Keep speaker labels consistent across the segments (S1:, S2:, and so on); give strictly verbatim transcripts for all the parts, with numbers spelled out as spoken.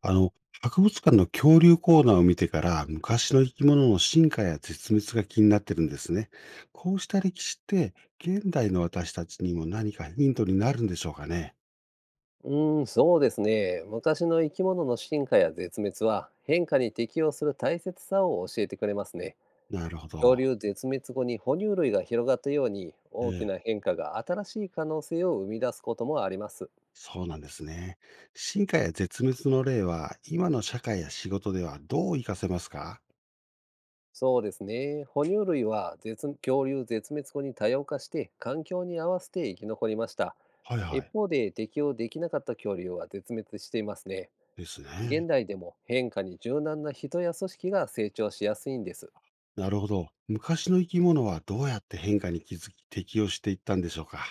S1: あの、博物館の恐竜コーナーを見てから、昔の生き物の進化や絶滅が気になってるんですね。こうした歴史って、現代の私たちにも何かヒントになるんでしょうかね。
S2: うーん、そうですね。昔の生き物の進化や絶滅は変化に適応する大切さを教えてくれますね。
S1: なるほ
S2: 恐
S1: ど。
S2: 竜絶滅後に哺乳類が広がったように
S1: え
S2: 大き
S1: え、
S2: な変化が新しい可能性を生み出すこともあります。
S1: そうなんですね。進化や絶滅の例は、今の社会や仕事ではどう活かせますか？
S2: そうですね。哺乳類は絶恐竜絶滅後に多様化して環境に合わせて生き残りました。
S1: はいは
S2: 一
S1: い。
S2: 方で適応できなかった恐竜は絶滅していますね。
S1: です
S2: 現
S1: ね。
S2: 代でも変化に柔軟な人や組織が成長しやすいんです。
S1: なるほど。昔の生き物はどうやって変化に気づき適応していったんでしょうか？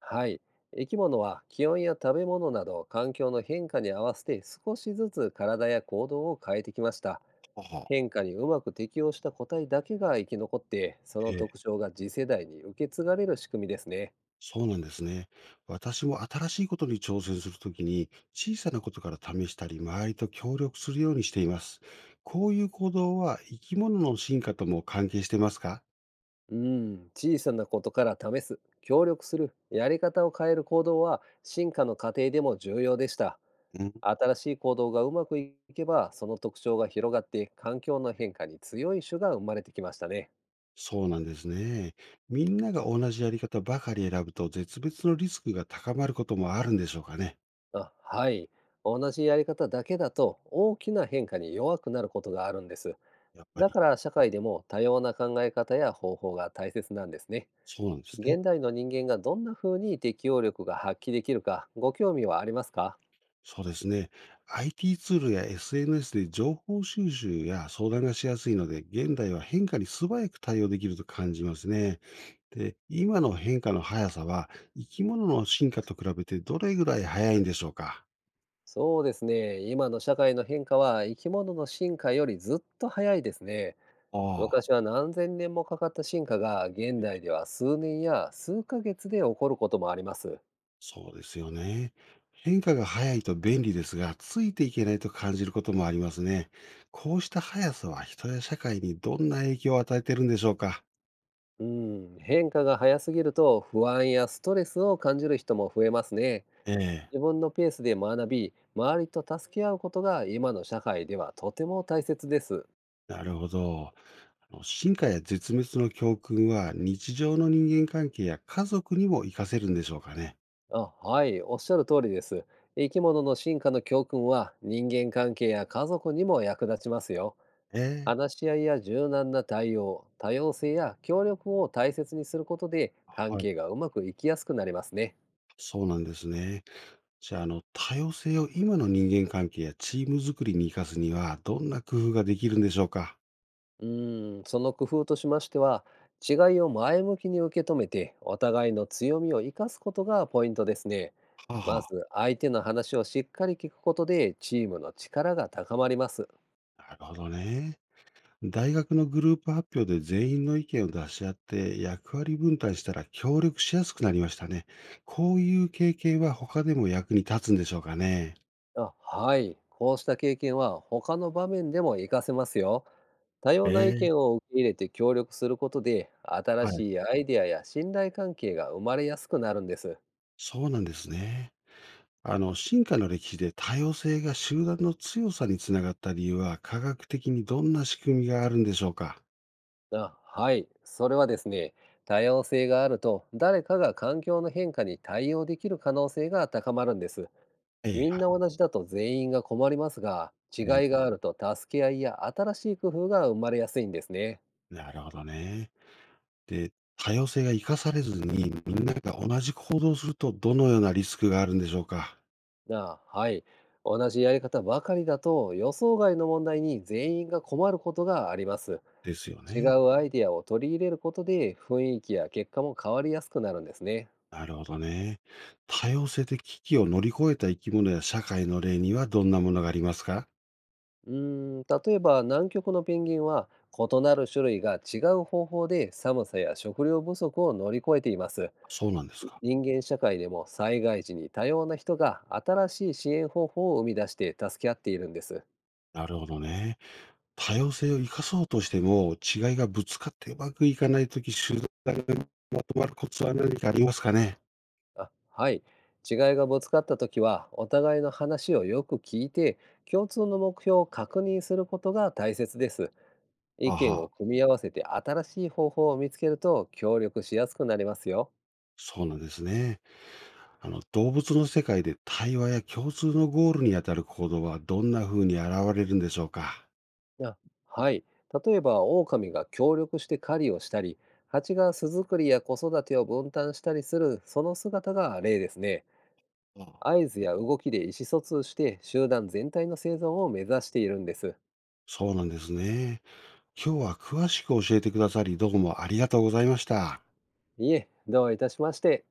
S2: はい。生き物は気温や食べ物など環境の変化に合わせて少しずつ体や行動を変えてきました。
S1: ほうほう。
S2: 変化にうまく適応した個体だけが生き残ってその
S1: え
S2: 特
S1: え、
S2: 徴が次世代に受け継がれる仕組みですね。
S1: そうなんですね。私も新しいことに挑戦するときに、小さなことから試したり、周りと協力するようにしています。こういう行動は生き物の進化とも関係してますか？
S2: うん、小さなことから試す、協力する、やり方を変える行動は進化の過程でも重要でした。
S1: うん、
S2: 新しい行動がうまくいけばその特徴が広がって環境の変化に強い種が生まれてきましたね。
S1: そうなんですね。みんなが同じやり方ばかり選ぶと、絶滅のリスクが高まることもあるんでしょうかね。
S2: あ、はい。同じやり方だけだと大きな変化に弱くなることがあるんです。
S1: やっぱ
S2: だか
S1: り。
S2: ら社会でも多様な考え方や方法が大切なんですね。
S1: そうなんですね。
S2: 現代の人間がどんな風に適応力が発揮できるかご興味はありますか？
S1: そうですね。アイティー ツールや エスエヌエス で情報収集や相談がしやすいので、現代は変化に素早く対応できると感じますね。で、今の変化の速さは、生き物の進化と比べてどれぐらい速いんでしょうか？
S2: そうですね。今の社会の変化は生き物の進化よりずっと早いですね。
S1: ああ、
S2: 昔は何千年もかかった進化が現代では数年や数ヶ月で起こることもあります。
S1: そうですよね。変化が速いと便利ですが、ついていけないと感じることもありますね。こうした速さは人や社会にどんな影響を与えているんでしょうか？
S2: うん、変化が早すぎると不安やストレスを感じる人も増えますね。
S1: ええ。
S2: 自分のペースで学び、周りと助け合うことが今の社会ではとても大切です。
S1: なるほど。あの進化や絶滅の教訓は日常の人間関係や家族にも活かせるんでしょうかね。
S2: あ、はい、おっしゃる通りです。生き物の進化の教訓は人間関係や家族にも役立ちますよ。
S1: ええ、
S2: 話し合いや柔軟な対応、多様性や協力を大切にすることで関
S1: はい。
S2: 係がうまくいきやすくなりますね。
S1: そうなんですね。じゃあ、あの、多様性を今の人間関係やチーム作りに生かすには、どんな工夫ができるんでしょうか？
S2: うーん、その工夫としましては、違いを前向きに受け止めて、お互いの強みを生かすことがポイントですね。
S1: はあ
S2: ま
S1: は
S2: ず、相手の話をしっかり聞くことで、チームの力が高まります。
S1: あ、なるほどね。大学のグループ発表で全員の意見を出し合って役割分担したら協力しやすくなりましたね。こういう経験は他でも役に立つんでしょうかね。
S2: あ、はい。こうした経験は他の場面でも活かせますよ。多様な意
S1: ええ、
S2: 見を受け入れて協力することで、新
S1: はい、
S2: しいアイデアや信頼関係が生まれやすくなるんです。
S1: そうなんですね。あの、進化の歴史で多様性が集団の強さにつながった理由は科学的にどんな仕組みがあるんでしょうか？
S2: あ、はい。それはですね、多様性があると、誰かが環境の変化に対応できる可能性が高まるんです。
S1: ええ、
S2: みん
S1: は
S2: な
S1: い。
S2: 同じだと全員が困りますが、違いがあると助け合いや新しい工夫が生まれやすいんですね。
S1: なるほどね。で、多様性が生かされずに、みんなが同じ行動をすると、どのようなリスクがあるんでしょうか？
S2: あ、はい。同じやり方ばかりだと、予想外の問題に全員が困ることがあります。
S1: ですよ
S2: 違
S1: ね。
S2: うアイデアを取り入れることで、雰囲気や結果も変わりやすくなるんですね。
S1: なるほどね。多様性で危機を乗り越えた生き物や社会の例にはどんなものがありますか？
S2: うーん、例えば南極のペンギンは異なる種類が違う方法で寒さや食料不足を乗り越えています。
S1: そうなんですか。
S2: 人間社会でも災害時に多様な人が新しい支援方法を生み出して助け合っているんです。
S1: なるほどね。多様性を生かそうとしても、違いがぶつかってうまくいかないとき、集団がまとまるコツは何かありますかね？
S2: あ、はい。違いがぶつかった時はお互いの話をよく聞いて共通の目標を確認することが大切です。
S1: あ
S2: 意
S1: は
S2: 見を
S1: あ、
S2: 組み合わせて新しい方法を見つけると協力しやすくなりますよ。
S1: そうなんですね。あの、動物の世界で対話や共通のゴールに当たる行動はどんな風に現れるんでしょうか？
S2: あ、はい。例えば、狼が協力して狩りをしたり、蜂が巣作りや子育てを分担したりする、その姿が例ですね。
S1: あ、
S2: 合図や動きで意思疎通して、集団全体の生存を目指しているんです。
S1: そうなんですね。今日は詳しく教えてくださり、どうもありがとうございました。
S2: いえ、どういたしまして。